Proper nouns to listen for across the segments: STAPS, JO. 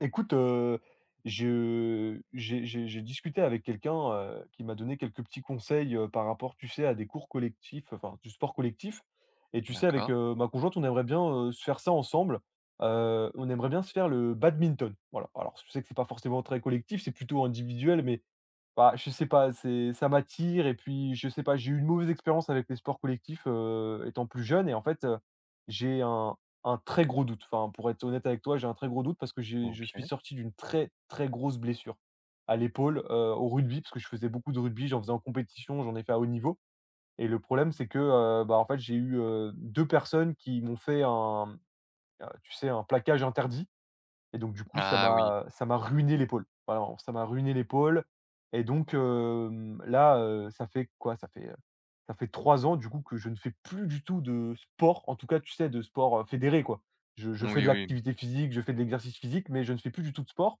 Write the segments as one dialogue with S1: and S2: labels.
S1: Écoute, je j'ai discuté avec quelqu'un, qui m'a donné quelques petits conseils, par rapport, tu sais, à des cours collectifs, enfin, du sport collectif et tu sais, avec,
S2: D'accord,
S1: ma conjointe, on aimerait bien, se faire ça ensemble. On aimerait bien se faire le badminton. Voilà, alors je sais que c'est pas forcément très collectif, c'est plutôt individuel, mais bah, je sais pas, c'est ça m'attire et puis je sais pas, j'ai eu une mauvaise expérience avec les sports collectifs, étant plus jeune et en fait, j'ai un très gros doute. Enfin, pour être honnête avec toi, j'ai un très gros doute parce que j'ai je suis
S2: OK.
S1: sorti d'une très, très grosse blessure à l'épaule, au rugby parce que je faisais beaucoup de rugby, j'en faisais en compétition, j'en ai fait à haut niveau et le problème c'est que, bah, en fait, j'ai eu, 2 personnes qui m'ont fait tu sais, un plaquage interdit. Et donc du coup, ça
S2: Ah oui,
S1: m'a ça m'a ruiné l'épaule. Voilà, vraiment, ça m'a ruiné l'épaule et donc là, ça fait quoi? Ça fait 3 ans du coup que je ne fais plus du tout de sport, en tout cas, tu sais, de sport, fédéré quoi. Je fais
S2: oui,
S1: de
S2: oui,
S1: l'activité physique, je fais de l'exercice physique, mais je ne fais plus du tout de sport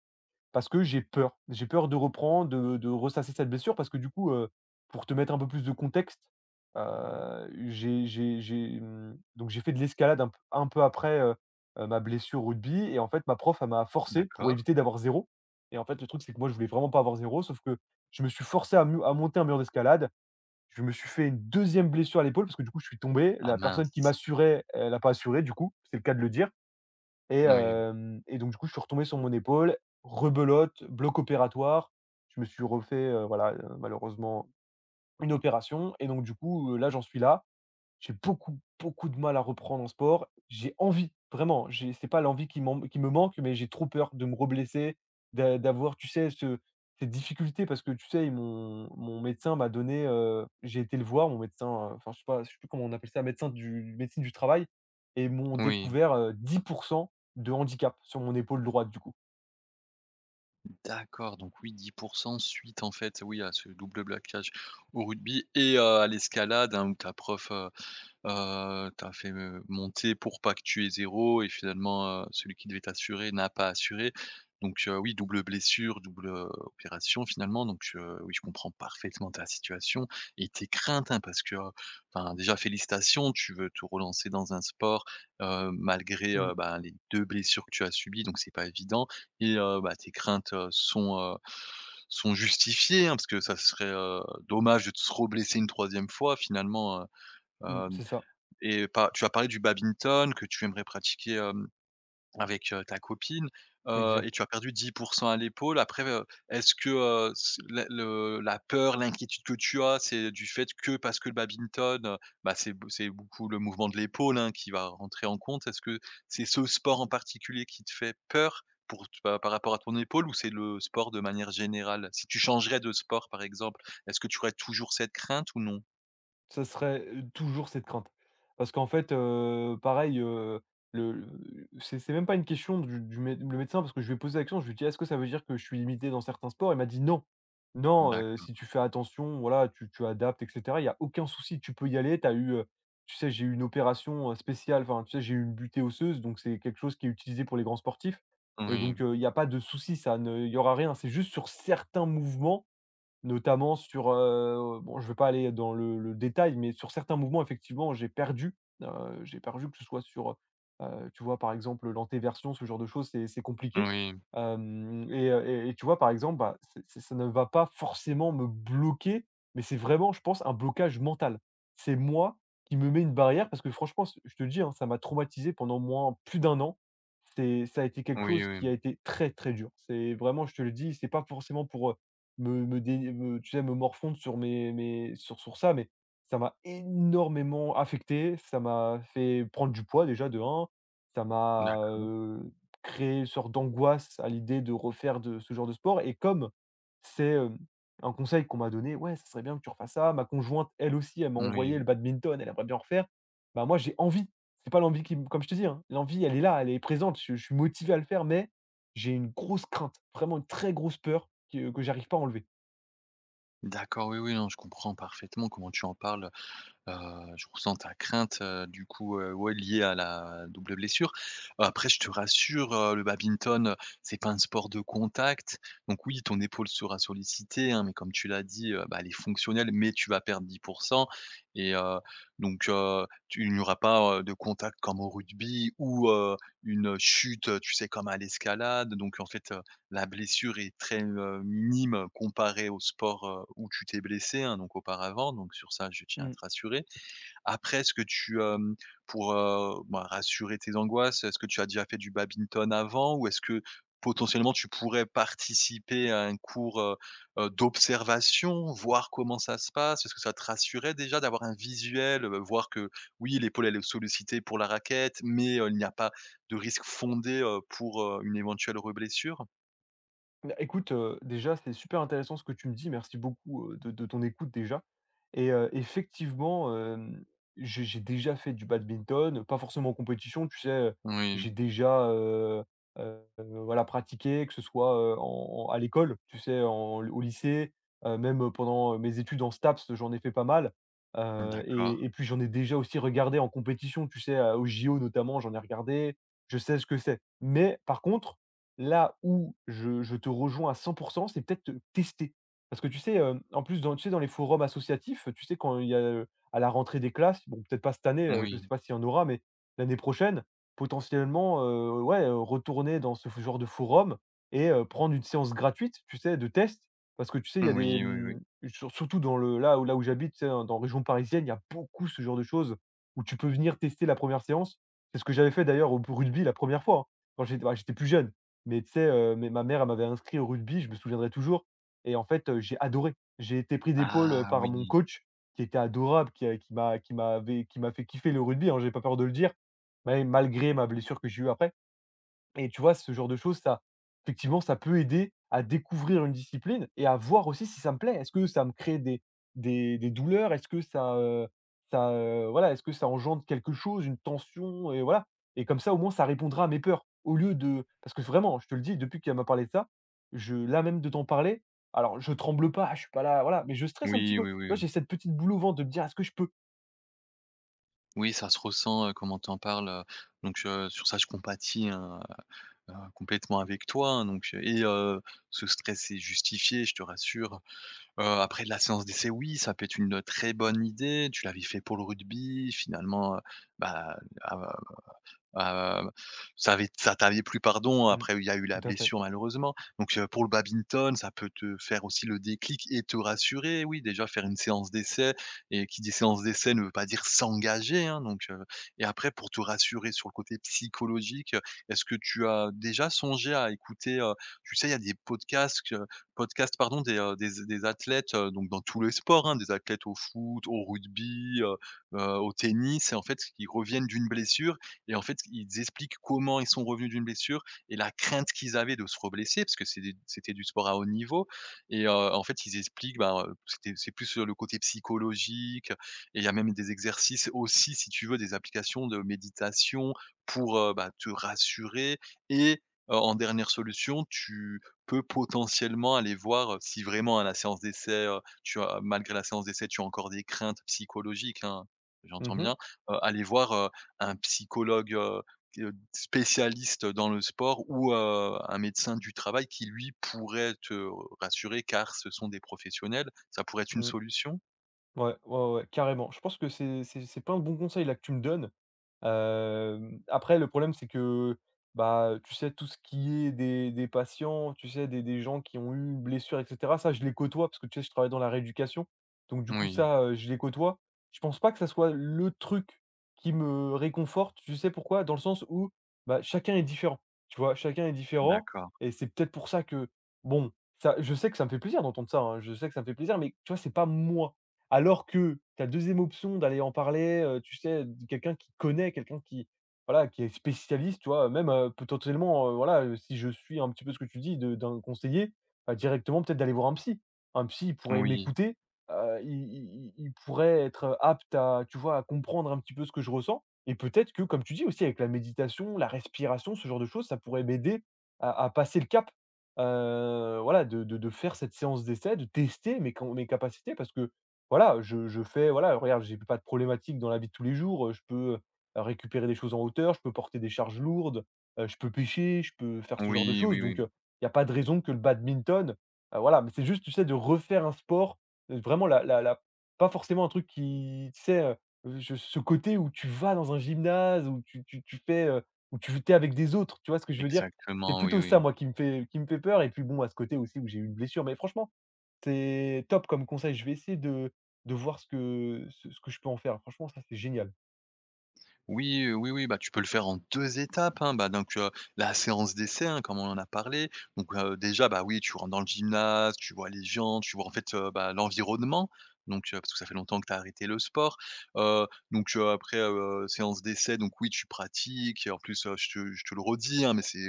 S1: parce que j'ai peur. J'ai peur de reprendre, de ressasser cette blessure parce que du coup, pour te mettre un peu plus de contexte, donc j'ai fait de l'escalade un peu après, ma blessure au rugby et en fait ma prof, elle m'a forcé pour
S2: d'accord.
S1: éviter d'avoir zéro. Et en fait le truc c'est que moi je voulais vraiment pas avoir zéro. Sauf que je me suis forcé à mu à monter un mur d'escalade. Je me suis fait une deuxième blessure à l'épaule parce que du coup je suis tombé.
S2: Ah
S1: La personne qui
S2: mince,
S1: m'assurait, elle a pas assuré du coup, c'est le cas de le dire et
S2: oui,
S1: hem et donc du coup, je suis retombé sur mon épaule, rebelote, bloc opératoire. Je me suis refait, voilà, malheureusement une opération et donc du coup, là, j'en suis là. J'ai beaucoup, beaucoup de mal à reprendre en sport. J'ai envie, vraiment, j'ai c'est pas l'envie qui me manque, mais j'ai trop peur de me reblesser, d'avoir, tu sais, ce cette difficulté parce que, tu sais, mon médecin m'a donné, j'ai été le voir, mon médecin, enfin, je sais pas, je sais plus comment on appelle ça, médecine du travail et m'ont
S2: oui,
S1: découvert, 10% de handicap sur mon épaule droite, du coup.
S2: d'accord, donc oui, 10% suite, en fait, oui, à ce double blocage au rugby et à l'escalade, hein, où ta prof, tu fait, monter pour pas que tu aies 0 et finalement, celui qui devait t'assurer n'a pas assuré. Donc, oui, double blessure, double, opération finalement. Donc, oui, je comprends parfaitement ta situation et tes craintes, hein, parce que, enfin déjà félicitations, tu veux te relancer dans un sport, malgré,
S1: Mmh,
S2: bah, les 2 blessures que tu as subies, donc c'est pas évident et bah, tes craintes, sont justifiées, hein, parce que ça serait, dommage de se reblesser une troisième fois finalement,
S1: mmh,
S2: heu
S1: c'est ça,
S2: et pas tu as parlé du badminton que tu aimerais pratiquer, avec, ta copine, et
S1: exact.
S2: tu as perdu 10% à l'épaule. Après, est-ce que, c la le la peur, l'inquiétude que tu as, c'est du fait que parce que le badminton, bah, c'est beaucoup le mouvement de l'épaule, hein, qui va rentrer en compte. Est-ce que c'est ce sport en particulier qui te fait peur pour t pa par rapport à ton épaule ou c'est le sport de manière générale? Si tu changerais de sport, par exemple, est-ce que tu aurais toujours cette crainte ou non?
S1: Ça serait, toujours cette crainte. Parce qu'en fait, pareil, le c'est même pas une question du mé le médecin parce que je lui ai posé la question, je lui ai dit: «Est-ce que ça veut dire que je suis limité dans certains sports?» Il m'a dit: «Non, non, si
S2: D'accord.
S1: tu fais attention, voilà, tu tu adaptes et cetera, il y a aucun souci, tu peux y aller, t'as eu, heu». Tu sais, j'ai eu une opération, spéciale, enfin, tu sais, j'ai eu une butée osseuse, donc c'est quelque chose qui est utilisé pour les grands sportifs et
S2: Oui.
S1: donc il y a pas de souci, ça ne il y aura rien. C'est juste sur certains mouvements. Notamment sur, bon je vais pas aller dans le détail, mais sur certains mouvements effectivement heu, j'ai perdu que ce soit sur, tu vois par exemple l'antéversion, ce genre de choses, c'est compliqué.
S2: Oui.
S1: Hem Et et tu vois par exemple, bah, c'est ça ne va pas forcément me bloquer, mais c'est vraiment je pense un blocage mental. C'est Moi qui me mets une barrière parce que franchement c je te le dis, hein, ça m'a traumatisé pendant moins plus d'un an. C'est ça a été quelque
S2: Oui,
S1: chose
S2: oui.
S1: qui a été très, très dur. C'est vraiment je te le dis, c'est pas forcément pour, me me dé me tu sais, me morfondre sur mes mes sur sur ça, mais ça m'a énormément affecté, ça m'a fait prendre du poids déjà de un. Ça m'a,
S2: D'accord.
S1: créé une sorte d'angoisse à l'idée de refaire de ce genre de sport et comme c'est, hem, un conseil qu'on m'a donné: «Ouais, ça serait bien que tu refasses ça». Ma conjointe, elle aussi, elle m'a
S2: Oui.
S1: envoyé le badminton, elle aimerait bien refaire. Bah, moi, j'ai envie, c'est pas l'envie qui me comme je te dis, hein, l'envie, elle est là, elle est présente, je suis motivé à le faire, mais j'ai une grosse crainte, vraiment une très grosse peur que j'arrive pas à enlever.
S2: D'accord, oui, oui, non, je comprends parfaitement comment tu en parles. Heu, je ressens ta crainte, du coup, ouais, liée à la double blessure. Après, je te rassure, le badminton, c'est pas un sport de contact. Donc oui, ton épaule sera sollicitée, hein, mais comme tu l'as dit, bah, elle est fonctionnelle, mais tu vas perdre 10%, et donc tu il n'y aura pas, de contact comme au rugby ou, une chute, tu sais, comme à l'escalade. Donc en fait, la blessure est très, minime comparée au sport, où tu t'es blessé, hein, donc auparavant, donc sur ça, je tiens à
S1: Mmh.
S2: te rassurer. Après, est-ce que tu, pour, bah, rassurer tes angoisses, est-ce que tu as déjà fait du badminton avant? Ou est-ce que potentiellement tu pourrais participer à un cours, d'observation, voir comment ça se passe? Est-ce que ça te rassurait déjà d'avoir un visuel, voir que oui, l'épaule, elle est sollicitée pour la raquette, mais, il n'y a pas de risque fondé, pour, une éventuelle reblessure?
S1: Bah, écoute, déjà, c'est super intéressant ce que tu me dis. Merci beaucoup, de ton écoute déjà et effectivement, j'ai déjà fait du badminton, pas forcément en compétition, tu sais?
S2: Oui.
S1: J'ai déjà, voilà, pratiqué, que ce soit, en en à l'école, tu sais? En au lycée, même pendant mes études en STAPS, j'en ai fait pas mal,
S2: D'accord.
S1: et puis j'en ai déjà aussi regardé en compétition, tu sais? À aux JO notamment, j'en ai regardé. Je sais ce que c'est. Mais par contre là où je te rejoins à 100%, c'est peut-être, tester. Parce que tu sais, en plus dans tu sais dans les forums associatifs, tu sais quand il y a, à la rentrée des classes, bon peut-être pas cette année, je ne sais
S2: Oui.
S1: pas s'il y en aura, mais l'année prochaine, potentiellement, ouais, retourner dans ce genre de forum et prendre une séance gratuite, tu sais, de test. Parce que tu sais, il y a des,
S2: Oui, oui, oui.
S1: surtout dans le là où j'habite, tu sais, hein, dans la région parisienne, il y a beaucoup ce genre de choses où tu peux venir tester la première séance. C'est ce que j'avais fait d'ailleurs au rugby la première fois, hein, quand j'étais plus jeune. Mais tu sais, ma mère, elle m'avait inscrit au rugby, je me souviendrai toujours et en fait, j'ai adoré. J'ai été pris d'épaule,
S2: Ah
S1: par mon
S2: oui.
S1: coach qui était adorable, qui a qui m'a qui m'avait qui m'a fait kiffer le rugby, hein, j'ai pas peur de le dire. Mais malgré ma blessure que j'ai eue après. Et tu vois, ce genre de choses, ça effectivement, ça peut aider à découvrir une discipline et à voir aussi si ça me plaît. Est-ce que ça me crée des douleurs? Est-ce que ça, voilà, est-ce que ça engendre quelque chose, une tension? Et voilà et comme ça, au moins, ça répondra à mes peurs. Au lieu de parce que vraiment, je te le dis, depuis qu'elle m'a parlé de ça, je là, même de t'en parler, alors je tremble pas, je suis pas là, voilà, mais je stresse un petit
S2: Oui,
S1: peu. Tu
S2: oui, oui.
S1: vois, j'ai cette petite boule au ventre de me dire: «Est-ce que je peux?»
S2: Oui, ça se ressent, comment tu en parles, donc sur ça je compatis, hein, complètement avec toi, hein, donc et ce stress est justifié, je te rassure. Après la séance d'essai, oui, ça peut être une, très bonne idée. Tu l'avais fait pour le rugby, finalement, bah, ah, Heu, ça t'avait plus pardon,
S1: Mmh.
S2: après il y a eu
S1: Tout
S2: la
S1: à fait.
S2: blessure malheureusement. Donc pour le badminton, ça peut te faire aussi le déclic et te rassurer. Oui, déjà faire une séance d'essai et qui dit séance d'essai ne veut pas dire s'engager, hein, donc et après pour te rassurer sur le côté psychologique, est-ce que tu as déjà songé à écouter, tu sais, il y a des podcasts pardon, des athlètes, donc dans tous les sports, hein, des athlètes au foot, au rugby, au tennis et en fait, qui reviennent d'une blessure et en fait, ils expliquent comment ils sont revenus d'une blessure et la crainte qu'ils avaient de se reblesser, parce que c'était du sport à haut niveau. Et en fait, ils expliquent, ben, c'est plus sur le côté psychologique et il y a même des exercices aussi, si tu veux, des applications de méditation pour, bah, te rassurer et en dernière solution, tu peux potentiellement aller voir, si vraiment à la séance d'essai, tu as malgré la séance d'essai, tu as encore des craintes psychologiques, hein, j'entends
S1: Mmh mh.
S2: bien, aller voir, un psychologue, spécialiste dans le sport ou, un médecin du travail qui lui pourrait te rassurer car ce sont des professionnels, ça pourrait être une
S1: Mmh.
S2: solution?
S1: Ouais, ouais, ouais, ouais, carrément. Je pense que c'est plein de bons conseils là que tu me donnes. Après le problème c'est que, bah, tu sais, tout ce qui est des patients, tu sais, des gens qui ont eu une blessure et cetera, ça je les côtoie parce que tu sais, je travaille dans la rééducation. Donc du coup
S2: Oui,
S1: ça, je les côtoie. Je pense pas que ça soit le truc qui me réconforte, tu sais pourquoi? Dans le sens où, bah, chacun est différent, tu vois? Chacun est différent
S2: d'accord.
S1: et c'est peut-être pour ça que bon, ça je sais que ça me fait plaisir d'entendre ça, hein, je sais que ça me fait plaisir mais tu vois, c'est pas moi. Alors que ta deuxième option d'aller en parler, tu sais, de quelqu'un qui connaît, quelqu'un qui, voilà, qui est spécialiste, tu vois? Même, potentiellement, voilà, si je suis un petit peu ce que tu dis de d'un conseiller, bah, directement peut-être d'aller voir un psy. Un psy, il pourrait
S2: Oui.
S1: m'écouter, il pourrait être, apte à, tu vois, à comprendre un petit peu ce que je ressens et peut-être que, comme tu dis aussi, avec la méditation, la respiration, ce genre de choses, ça pourrait m'aider à passer le cap, voilà, de faire cette séance d'essai, de tester mes capacités. Parce que, voilà, je fais voilà, regarde, j'ai pas de problématique dans la vie de tous les jours, je peux, récupérer des choses en hauteur, je peux porter des charges lourdes, je peux pêcher, je peux faire ce genre de
S2: Oui,
S1: choses
S2: oui,
S1: donc
S2: oui.
S1: il y a pas de raison que le badminton, voilà, mais c'est juste, tu sais, de refaire un sport, vraiment la la la pas forcément un truc qui, tu sais, je ce côté où tu vas dans un gymnase, où tu fais, où tu t'es avec des autres, tu vois ce que je veux dire? C'est
S2: Exactement, oui,
S1: plutôt ça,
S2: oui.
S1: moi, qui me fait peur et puis bon, à ce côté aussi où j'ai eu une blessure mais franchement, c'est top comme conseil. Je vais essayer de voir ce que je peux en faire. Franchement, ça, c'est génial.
S2: Oui, oui, oui, bah, tu peux le faire en 2 étapes, hein. Bah, donc, la séance d'essai, hein, comme on en a parlé. Donc, déjà, bah, oui, tu rentres dans le gymnase, tu vois les gens, tu vois, en fait, bah, l'environnement. Donc, parce que ça fait longtemps que tu as arrêté le sport. Donc, après, séance d'essai, donc oui, tu pratiques et en plus, je te le redis, hein, mais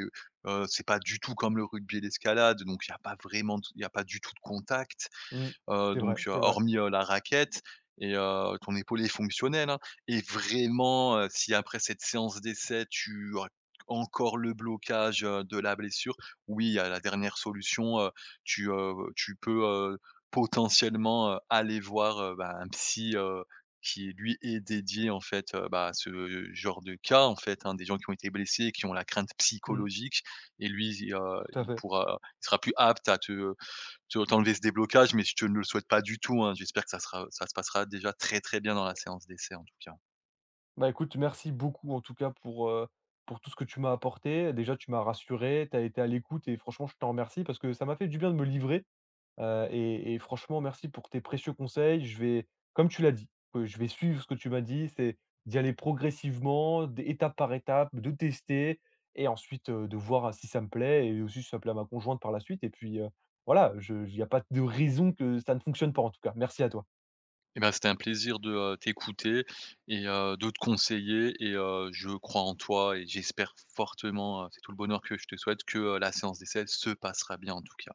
S2: c'est pas du tout comme le rugby et l'escalade, donc il y a pas vraiment il y a pas du tout de contact
S1: Mmh. C'est
S2: donc
S1: vrai, c'est vrai.
S2: hormis, la raquette et ton épaulé fonctionnel, hein et vraiment, si après cette séance d'essai, tu as encore le blocage, de la blessure, oui, il y a la dernière solution, tu peux, potentiellement, aller voir, bah, un psy, qui lui est dédié en fait, bah, à ce genre de cas en fait, hein. Des gens qui ont été blessés, qui ont la crainte
S1: Mmh.
S2: psychologique et lui,
S1: Tout à
S2: il
S1: fait.
S2: pourra il sera plus apte à te tu vois, t'enlever ce déblocage, mais je te ne le souhaite pas du tout, hein. J'espère que ça se passera déjà très, très bien dans la séance d'essai, en tout cas.
S1: Bah, écoute, merci beaucoup en tout cas pour tout ce que tu m'as apporté. Déjà, tu m'as rassuré, tu as été à l'écoute et franchement, je t'en remercie parce que ça m'a fait du bien de me livrer. Et franchement, merci pour tes précieux conseils. Je vais, comme tu l'as dit, je vais suivre ce que tu m'as dit, c'est d'y aller progressivement, d étape par étape, de tester et ensuite, de voir si ça me plaît et aussi si ça plaît à ma conjointe par la suite et puis, voilà, il n'y a pas de raison que ça ne fonctionne pas en tout cas. Merci à toi.
S2: Eh ben, c'était un plaisir de, t'écouter et de te conseiller et je crois en toi et j'espère fortement, c'est tout le bonheur que je te souhaite, que, la séance d'essai se passera bien, en tout cas.